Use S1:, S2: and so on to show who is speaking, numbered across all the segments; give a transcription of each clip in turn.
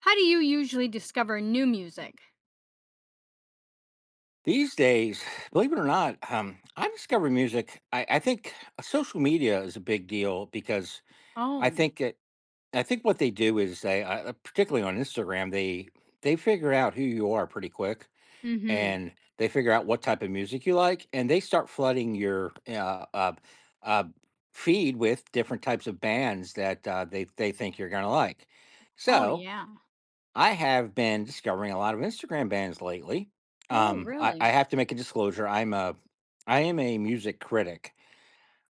S1: How do you usually discover new music?
S2: These days, believe it or not, I discover music. I think social media is a big deal because I
S1: Oh.
S2: think it, I think what they do is they, particularly on Instagram, they figure out who you are pretty quick,
S1: Mhm.
S2: and they figure out what type of music you like, and they start flooding your uh, feed with different types of bands that they think you're gonna like.
S1: Oh,
S2: So
S1: yeah.
S2: I have been discovering a lot of Instagram bands lately.
S1: Oh,
S2: I
S1: really?
S2: have to make a disclosure. I'm a. I am a music critic.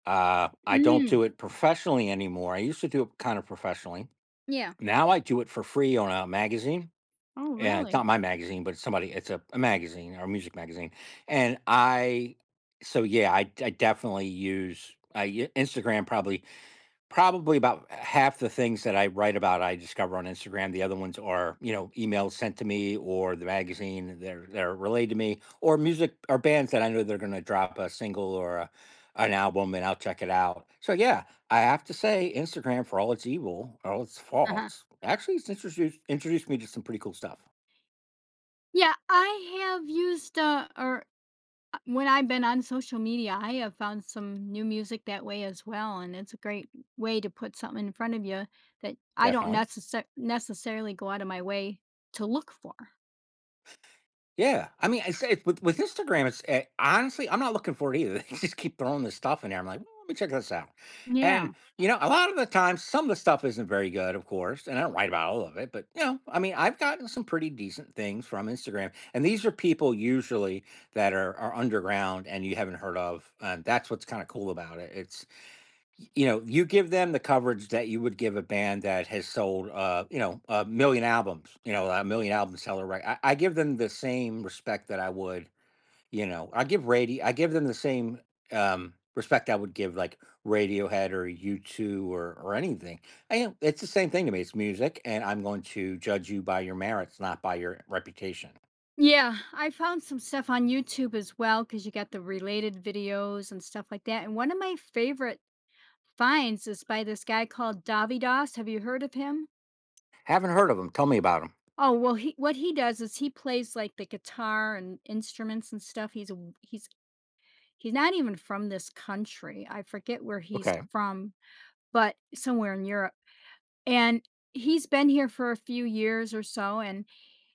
S2: I don't
S1: Mm,
S2: do it professionally anymore. I used to do it kind of professionally.
S1: yeah.
S2: Now I do it for free on a magazine.
S1: Oh,
S2: It's not
S1: really?
S2: my magazine, but it's somebody. It's a magazine or a music magazine. And I, so yeah, I definitely use Instagram probably about half the things that I write about I discover on Instagram. The other ones are, you know, emails sent to me or the magazine they're relayed to me or music or bands that I know they're going to drop a single or an album and I'll check it out. So yeah, I have to say Instagram for all its evil, all its
S1: Uh-huh.
S2: faults, actually it's introduced me to some pretty cool stuff.
S1: Yeah, I have used, or when I've been on social media, I have found some new music that way as well, and it's a great way to put something in front of you that I don't
S2: Definitely.
S1: necessarily go out of my way to look for.
S2: Yeah, I mean, it's with Instagram. It's honestly, I'm not looking for it either. They just keep throwing this stuff in there. I'm like, "Well, let me check this out, and
S1: Yeah.
S2: you know, a lot of the times, some of the stuff isn't very good, of course, and I don't write about all of it. But you know, I mean, I've gotten some pretty decent things from Instagram, and these are people usually that are underground and you haven't heard of, and that's what's kind of cool about it. It's you know, you give them the coverage that you would give a band that has sold, you know, a million albums, you know, a million album seller, right? I give them the same respect that I would, you know, I give radio, I give them the same respect I would give like Radiohead or U2, or anything. It's the same thing to me. It's music, and I'm going to judge you by your merits, not by your reputation.
S1: Yeah, I found some stuff on YouTube as well because you got the related videos and stuff like that, and one of my favorite finds is by this guy called Davidas. Have you heard of him?
S2: Haven't heard of them. Tell me about them.
S1: Oh, well, he what he does is he plays like the guitar and instruments and stuff. He's not even from this country. I forget where he's
S2: Okay.
S1: from, but somewhere in Europe. And he's been here for a few years or so, and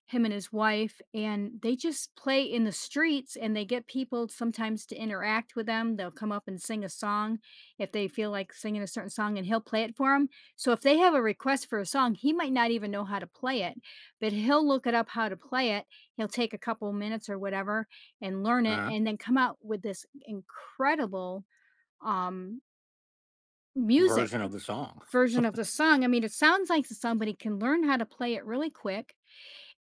S1: him and his wife, and they just play in the streets, and they get people sometimes to interact with them. They'll come up and sing a song if they feel like singing a certain song, and he'll play it for them. So if they have a request for a song, he might not even know how to play it, but he'll look it up how to play it. He'll take a couple minutes or whatever and learn it
S2: Uh-huh.
S1: and then come out with this incredible um music,
S2: Version of the song.
S1: version of the song. I mean, it sounds like somebody can learn how to play it really quick,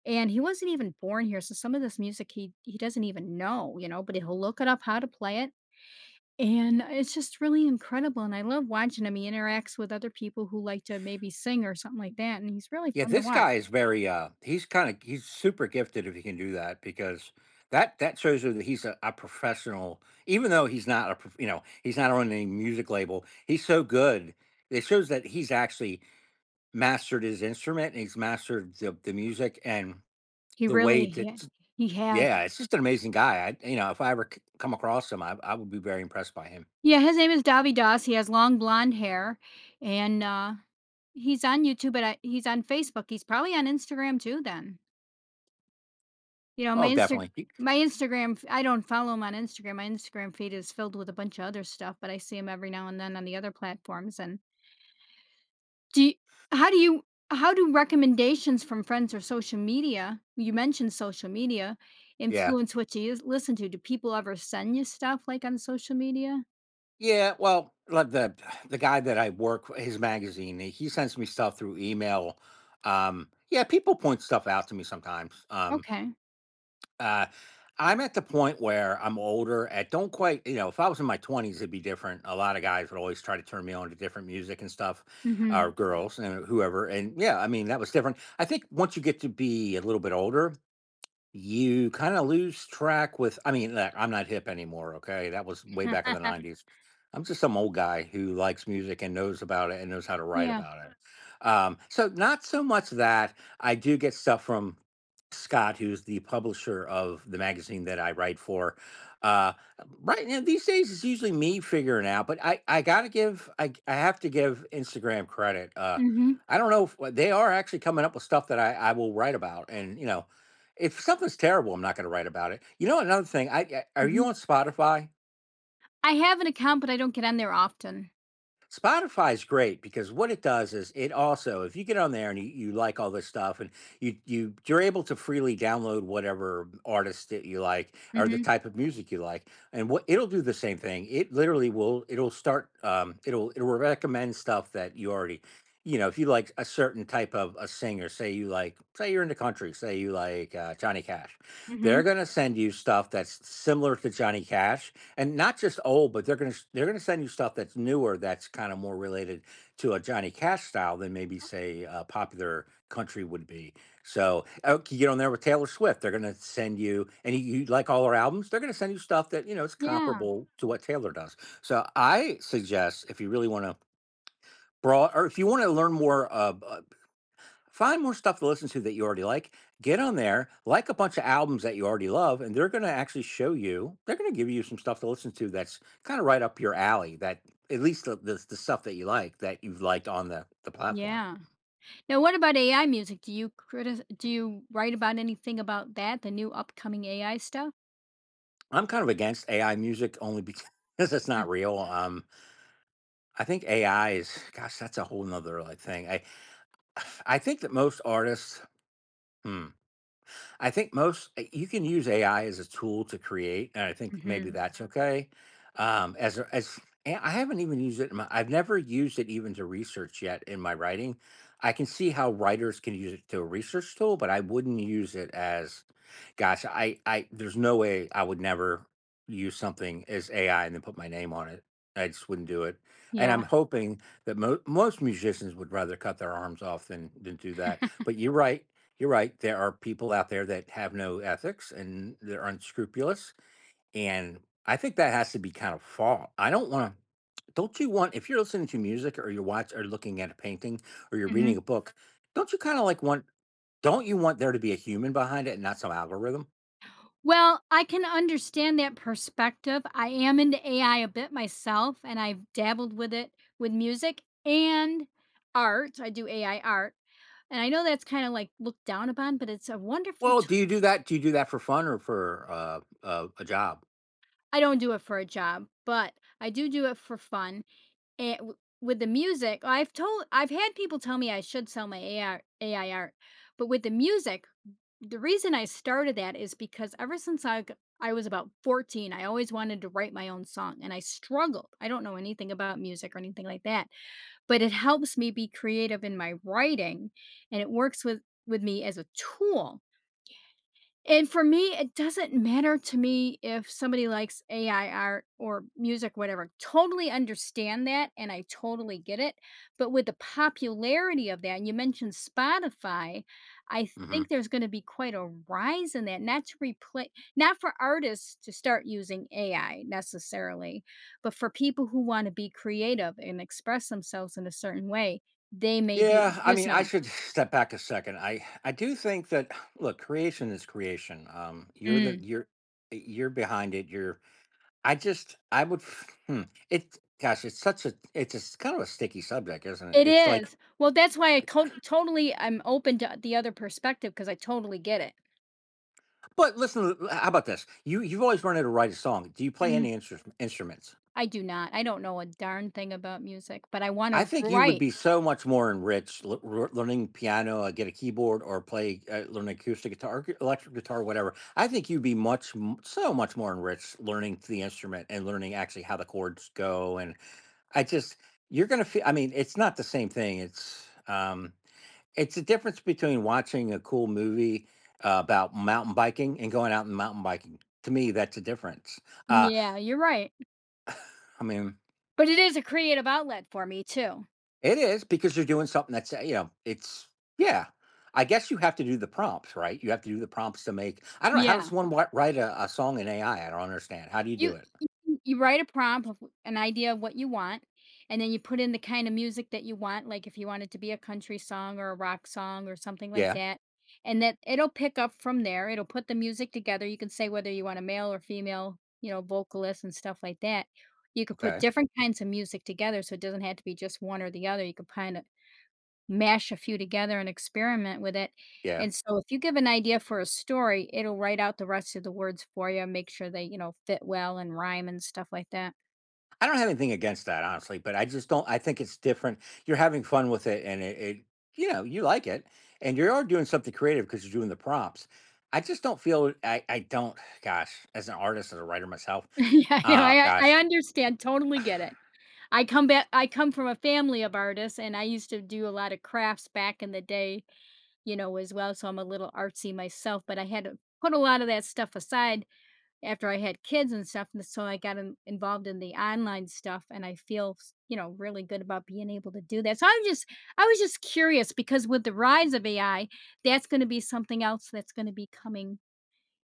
S1: and he wasn't even born here, so some of this music he doesn't even know, you know, but he'll look it up how to play it. And it's just really incredible, and I love watching him. He interacts with other people who like to maybe sing or something like that, and he's really
S2: Yeah,
S1: fun to
S2: this
S1: watch.
S2: guy is very he's kind of he's super gifted if he can do that because that shows you that he's a professional even though he's not a prof- you know, he's not on any music label. He's so good. It shows that he's actually mastered his instrument and he's mastered the music and
S1: He
S2: the way
S1: really
S2: that
S1: he has
S2: yeah, it's just an amazing guy. I you know, if I ever come across him, I would be very impressed by him.
S1: Yeah, his name is Davi Das. He has long blonde hair, and, he's on YouTube, but I he's on Facebook. He's probably on Instagram too then. You know, my
S2: Oh,
S1: Insta
S2: definitely.
S1: my Instagram f I don't follow him on Instagram. My Instagram feed is filled with a bunch of other stuff, but I see him every now and then on the other platforms, and do you how do you how do recommendations from friends or social media you mentioned social media
S2: Yeah.
S1: influence what you use listen to? Do people ever send you stuff, like, on social media?
S2: Yeah, well, like the guy that I work w his magazine, he sends me stuff through email. Yeah, people point stuff out to me sometimes.
S1: Okay.
S2: Uh, I'm at the point where I'm older. I don't quite, you know, if I was in my 20s, it'd be different. A lot of guys would always try to turn me on to different music and stuff, or
S1: Mhm.
S2: girls and whoever. And yeah, I mean, that was different. I think once you get to be a little bit older, you kinda lose track with like, I'm not hip anymore, okay? That was way back in the '90s. I'm just some old guy who likes music and knows about it and knows how to write
S1: Yeah.
S2: about it. So not so much that. I do get stuff from Scott, who's the publisher of the magazine that I write for. Uh, right now, these days, it's usually me figuring out, but I have to give Instagram credit.
S1: Mhm,
S2: I don't know if they are actually coming up with stuff that I will write about and, you know, if something's terrible, I'm not going to write about it. You know, another thing. Are you
S1: mhm.
S2: on Spotify?
S1: I have an account, but I don't get on there often.
S2: Spotify's great because what it does is it also, if you get on there and you like all this stuff and you're able to freely download whatever artist that you like or the
S1: Mhm,
S2: type of music you like. And what it'll do the same thing. It literally will it'll recommend stuff that you already you know, if you like a certain type of a singer, say you're in the country, say you like Johnny Cash, they're
S1: mhm.
S2: gonna send you stuff that's similar to Johnny Cash, and not just old, but they're gonna send you stuff that's newer, that's kind of more related to a Johnny Cash style than maybe say popular country would be. So you get on there with Taylor Swift, they're gonna send you, and you like all her albums, they're gonna send you stuff that you know is
S1: Yeah,
S2: comparable to what Taylor does. So I suggest if you really want to broad, or if you want to learn more find more stuff to listen to that you already like. Get on there, like a bunch of albums that you already love, and they're going to actually show you, they're going to give you some stuff to listen to that's kind of right up your alley, that at least the stuff that you like that you've liked on the platform.
S1: yeah. Now, what about AI music? Do you write about anything about that? The new upcoming AI stuff?
S2: I'm kind of against AI music only because it's not real. I think AI is, gosh, that's a whole nother like thing. I think that most artists, hmm, I think most you can use AI as a tool to create, and I think maybe
S1: Mm-hmm.
S2: that's okay. As a- as And I haven't even used it. I've never used it even to research yet in my writing. I can see how writers can use it to a research tool, but I wouldn't use it as, gosh, I there's no way I would never use something as AI and then put my name on it. I just wouldn't do it. And
S1: Yeah.
S2: I'm hoping that most musicians would rather cut their arms off than do that. But you're right. There are people out there that have no ethics and they're unscrupulous. And I think that has to be kind of fault. I don't want to. Don't you want if you're listening to music or you're watch or looking at a painting or you're
S1: hmm
S2: reading a book, don't you kind of like want? Don't you want there to be a human behind it and not some algorithm?
S1: Well, I can understand that perspective. I am into AI a bit myself, and I've dabbled with it with music and art. I do AI art, and I know that's kind of like looked down upon, but it's a wonderful
S2: Well, do
S1: tool.
S2: you do that? Do you do that for fun or for a job?
S1: I don't do it for a job, but I do do it for fun. And w With the music, I've had people tell me I should sell my AI art, but with the music, the reason I started that is because ever since I g I was about 14, I always wanted to write my own song, and I struggled. I don't know anything about music or anything like that, but it helps me be creative in my writing, and it works with me as a tool. And for me, it doesn't matter to me if somebody likes AI art or music, whatever. Totally understand that, and I totally get it. But with the popularity of that, and you mentioned Spotify, I
S2: Mhm.
S1: think there's going to be quite a rise in that. Not to replace, not for artists to start using AI necessarily, but for people who want to be creative and express themselves in a certain way, they may
S2: Yeah, I
S1: do
S2: mean, I
S1: so.
S2: should step back a second. I do think that look, creation is creation.
S1: Mm.
S2: You're behind it. You're I just hmm, it gosh, it's such a kind of a sticky subject, isn't it?
S1: It is. Well, that's why I co totally I'm open to the other perspective because I totally get it.
S2: But listen, how about this? You you've always wanted to write a song. Do you play
S1: Mhm.
S2: any instruments?
S1: I do not. I don't know a darn thing about music, but I wanna
S2: I think you would
S1: write.
S2: be so much more enriched learning piano, get a keyboard, or play, learn acoustic guitar, or electric guitar, whatever. I think you'd be so much more enriched learning the instrument and learning actually how the chords go. And I just, you're gonna feel. I mean, it's not the same thing. It's the difference between watching a cool movie about mountain biking and going out and mountain biking. To me, that's a difference. Uh,
S1: Yeah, you're right.
S2: I mean.
S1: But it is a creative outlet for me too.
S2: It is because you're doing something that's, you know, it's yeah. I guess you have to do the prompts, right? You have to do the prompts to make. I don't know how does
S1: Yeah.
S2: one write a song in AI? I don't understand. How do you do
S1: You
S2: it?
S1: you write a prompt of an idea of what you want, and then you put in the kind of music that you want, like, if you want it to be a country song or a rock song or something like
S2: Yeah.
S1: that, and that it'll pick up from there. It'll put the music together. You can say whether you want a male or female, you know, vocalist and stuff like that. You could put
S2: Okay.
S1: different kinds of music together, so it doesn't have to be just one or the other. You could kinda mash a few together and experiment with it.
S2: Yeah.
S1: And so if you give an idea for a story, it'll write out the rest of the words for you, make sure they, you know, fit well and rhyme and stuff like that.
S2: I don't have anything against that, honestly, but I just don't. I think it's different. You're having fun with it, and it you know, you like it, and you are doing something creative because you're doing the prompts. I just don't feel. I don't. Gosh, as an artist, as a writer myself,
S1: Yeah, no, I
S2: ah,
S1: know, I
S2: gosh,
S1: understand, totally get it. I come from a family of artists, and I used to do a lot of crafts back in the day, you know, as well, so I'm a little artsy myself, but I had to put a lot of that stuff aside after I had kids and stuff, and so involved in the online stuff, and I feel, you know, really good about being able to do that. So I'm just, I was just curious because with the rise of AI, that's going to be something else that's going to be coming,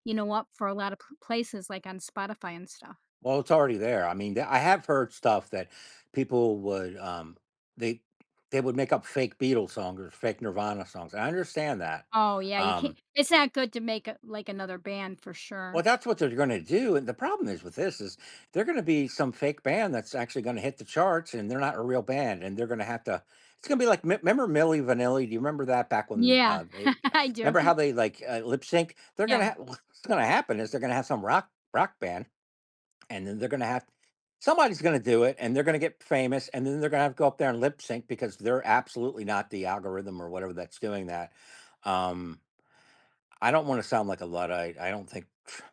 S1: you know, up for a lot of places like on Spotify and stuff.
S2: well, it's already there. I mean, I have heard stuff that people would they they would make up fake Beatles songs or fake Nirvana songs. I understand that.
S1: Oh yeah, you
S2: Um
S1: can't. It's not good to make a, like another band for
S2: well,
S1: sure.
S2: that's what they're going to do. And the problem is with this is they're going to be some fake band that's actually going to hit the charts, and they're not a real band, and they're going to have to— it's going to be like remember Milli Vanilli? Do you remember that? Back when
S1: Yeah,
S2: they—
S1: I do.
S2: remember how they like lip sync? They're going to
S1: Yeah,
S2: what's going to happen is they're going to have some rock band, and then they're going to have somebody's going to do it, and they're going to get famous, and then they're going to have to go up there and lip sync because they're absolutely not the algorithm or whatever that's doing that. um I don't want to sound like a luddite. I don't think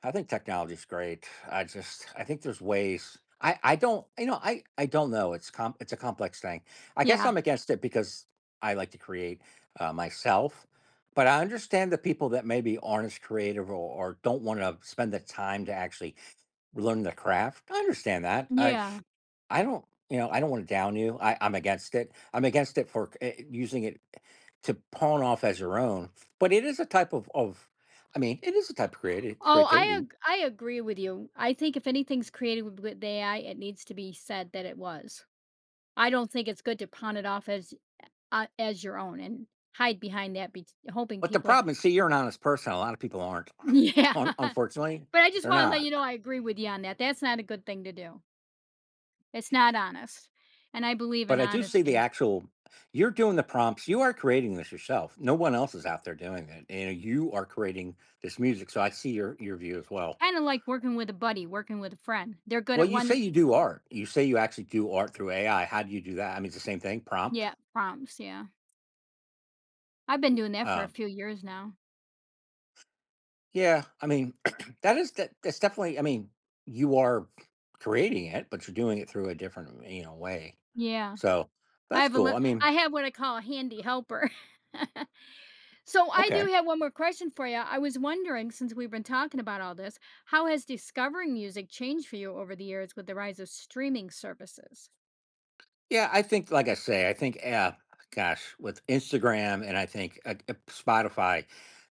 S2: I think technology's great. I think there's ways. I don't, you know, I don't know. It's a complex thing. I guess
S1: yeah,
S2: I'm against it because I like to create myself. But I understand the people that maybe aren't as creative, or don't want to spend the time to actually learn the craft. I understand that. I
S1: yeah.
S2: I don't, I don't want to down you. I'm against it. I'm against it for using it to pawn off as your own. But it is a type of— I mean, it is a type of creative
S1: Oh,
S2: creativity.
S1: I agree with you. I think if anything's created with AI, it needs to be said that it was. I don't think it's good to pawn it off as your own and hide behind that, be hoping
S2: But the
S1: people
S2: problem is, see, you're an honest person. A lot of people aren't.
S1: Yeah.
S2: Unfortunately,
S1: But I just
S2: they're
S1: wanna let
S2: not.
S1: you know I agree with you on that. That's not a good thing to do. It's not honest, and I believe
S2: But
S1: in
S2: I do see the
S1: honesty.
S2: actual. You're doing the prompts. You are creating this yourself. No one else is out there doing it. You know, you are creating this music. So I see your view as well.
S1: Kinda like working with a buddy, working with a friend. They're good
S2: Well,
S1: at
S2: you say
S1: one
S2: you do art. You say you actually do art through AI. How do you do that? I mean, it's the same thing, prompt.
S1: Yeah, prompts, yeah. I've been doing that for a
S2: Um,
S1: few years now.
S2: yeah, I mean, that is that. That's definitely. I mean, you are creating it, but you're doing it through a different, you know, way.
S1: Yeah.
S2: So that's cool. I mean,
S1: I have what I call a handy helper. So I do
S2: okay.
S1: have one more question for you. I was wondering, since we've been talking about all this, how has discovering music changed for you over the years with the rise of streaming services?
S2: Yeah, I think, like I say, I think, gosh, with Instagram, and I think Spotify,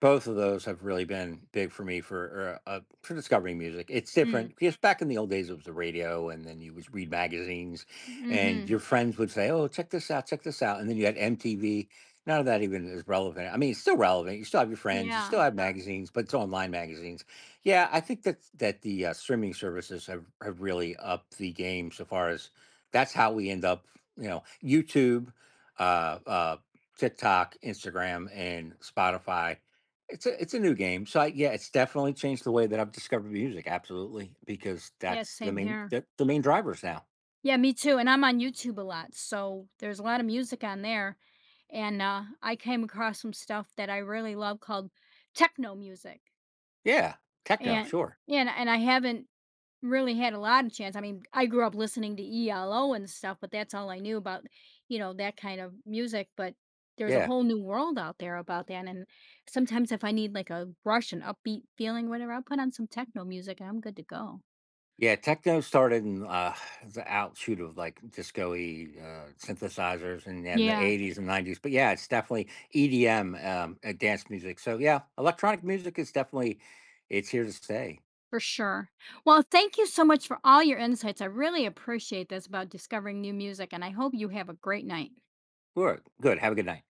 S2: both of those have really been big for me for discovering music. It's different
S1: Mm.
S2: because back in the old days, it was the radio, and then you would read magazines, and your
S1: Mhm.
S2: friends would say, "Oh, check this out," and then you had MTV. None of that even is relevant. I mean, it's still relevant. You still have your friends, you
S1: Yeah.
S2: still have magazines, but it's online magazines. Yeah, I think that the streaming services have really upped the game so far as that's how we end up, you know, YouTube, uh, uh, TikTok, Instagram, and Spotify. It's a new game. So I, yeah, it's definitely changed the way that I've discovered music. Absolutely, because
S1: Yeah,
S2: that's
S1: same here.
S2: the main drivers now.
S1: Yeah, me too. And I'm on YouTube a lot, so there's a lot of music on there. And I came across some stuff that I really love called techno music,
S2: Yeah, techno,
S1: and
S2: sure.
S1: and and I haven't Really had a lot of chance. I mean, I grew up listening to ELO and stuff, but that's all I knew about, you know, that kind of music, but there's a
S2: Yeah,
S1: whole new world out there about that, and sometimes if I need, like, a rush and upbeat feeling, whatever, I'll put on some techno music and I'm good to go.
S2: yeah, techno started in the outshoot of like disco-y synthesizers, and the
S1: Yeah.
S2: eighties and 90s, but yeah, it's definitely EDM, dance music. So yeah, electronic music is definitely it's here to stay.
S1: For sure. Well, thank you so much for all your insights. I really appreciate this about discovering new music, and I hope you have a great night.
S2: Good. Good. Have a good night.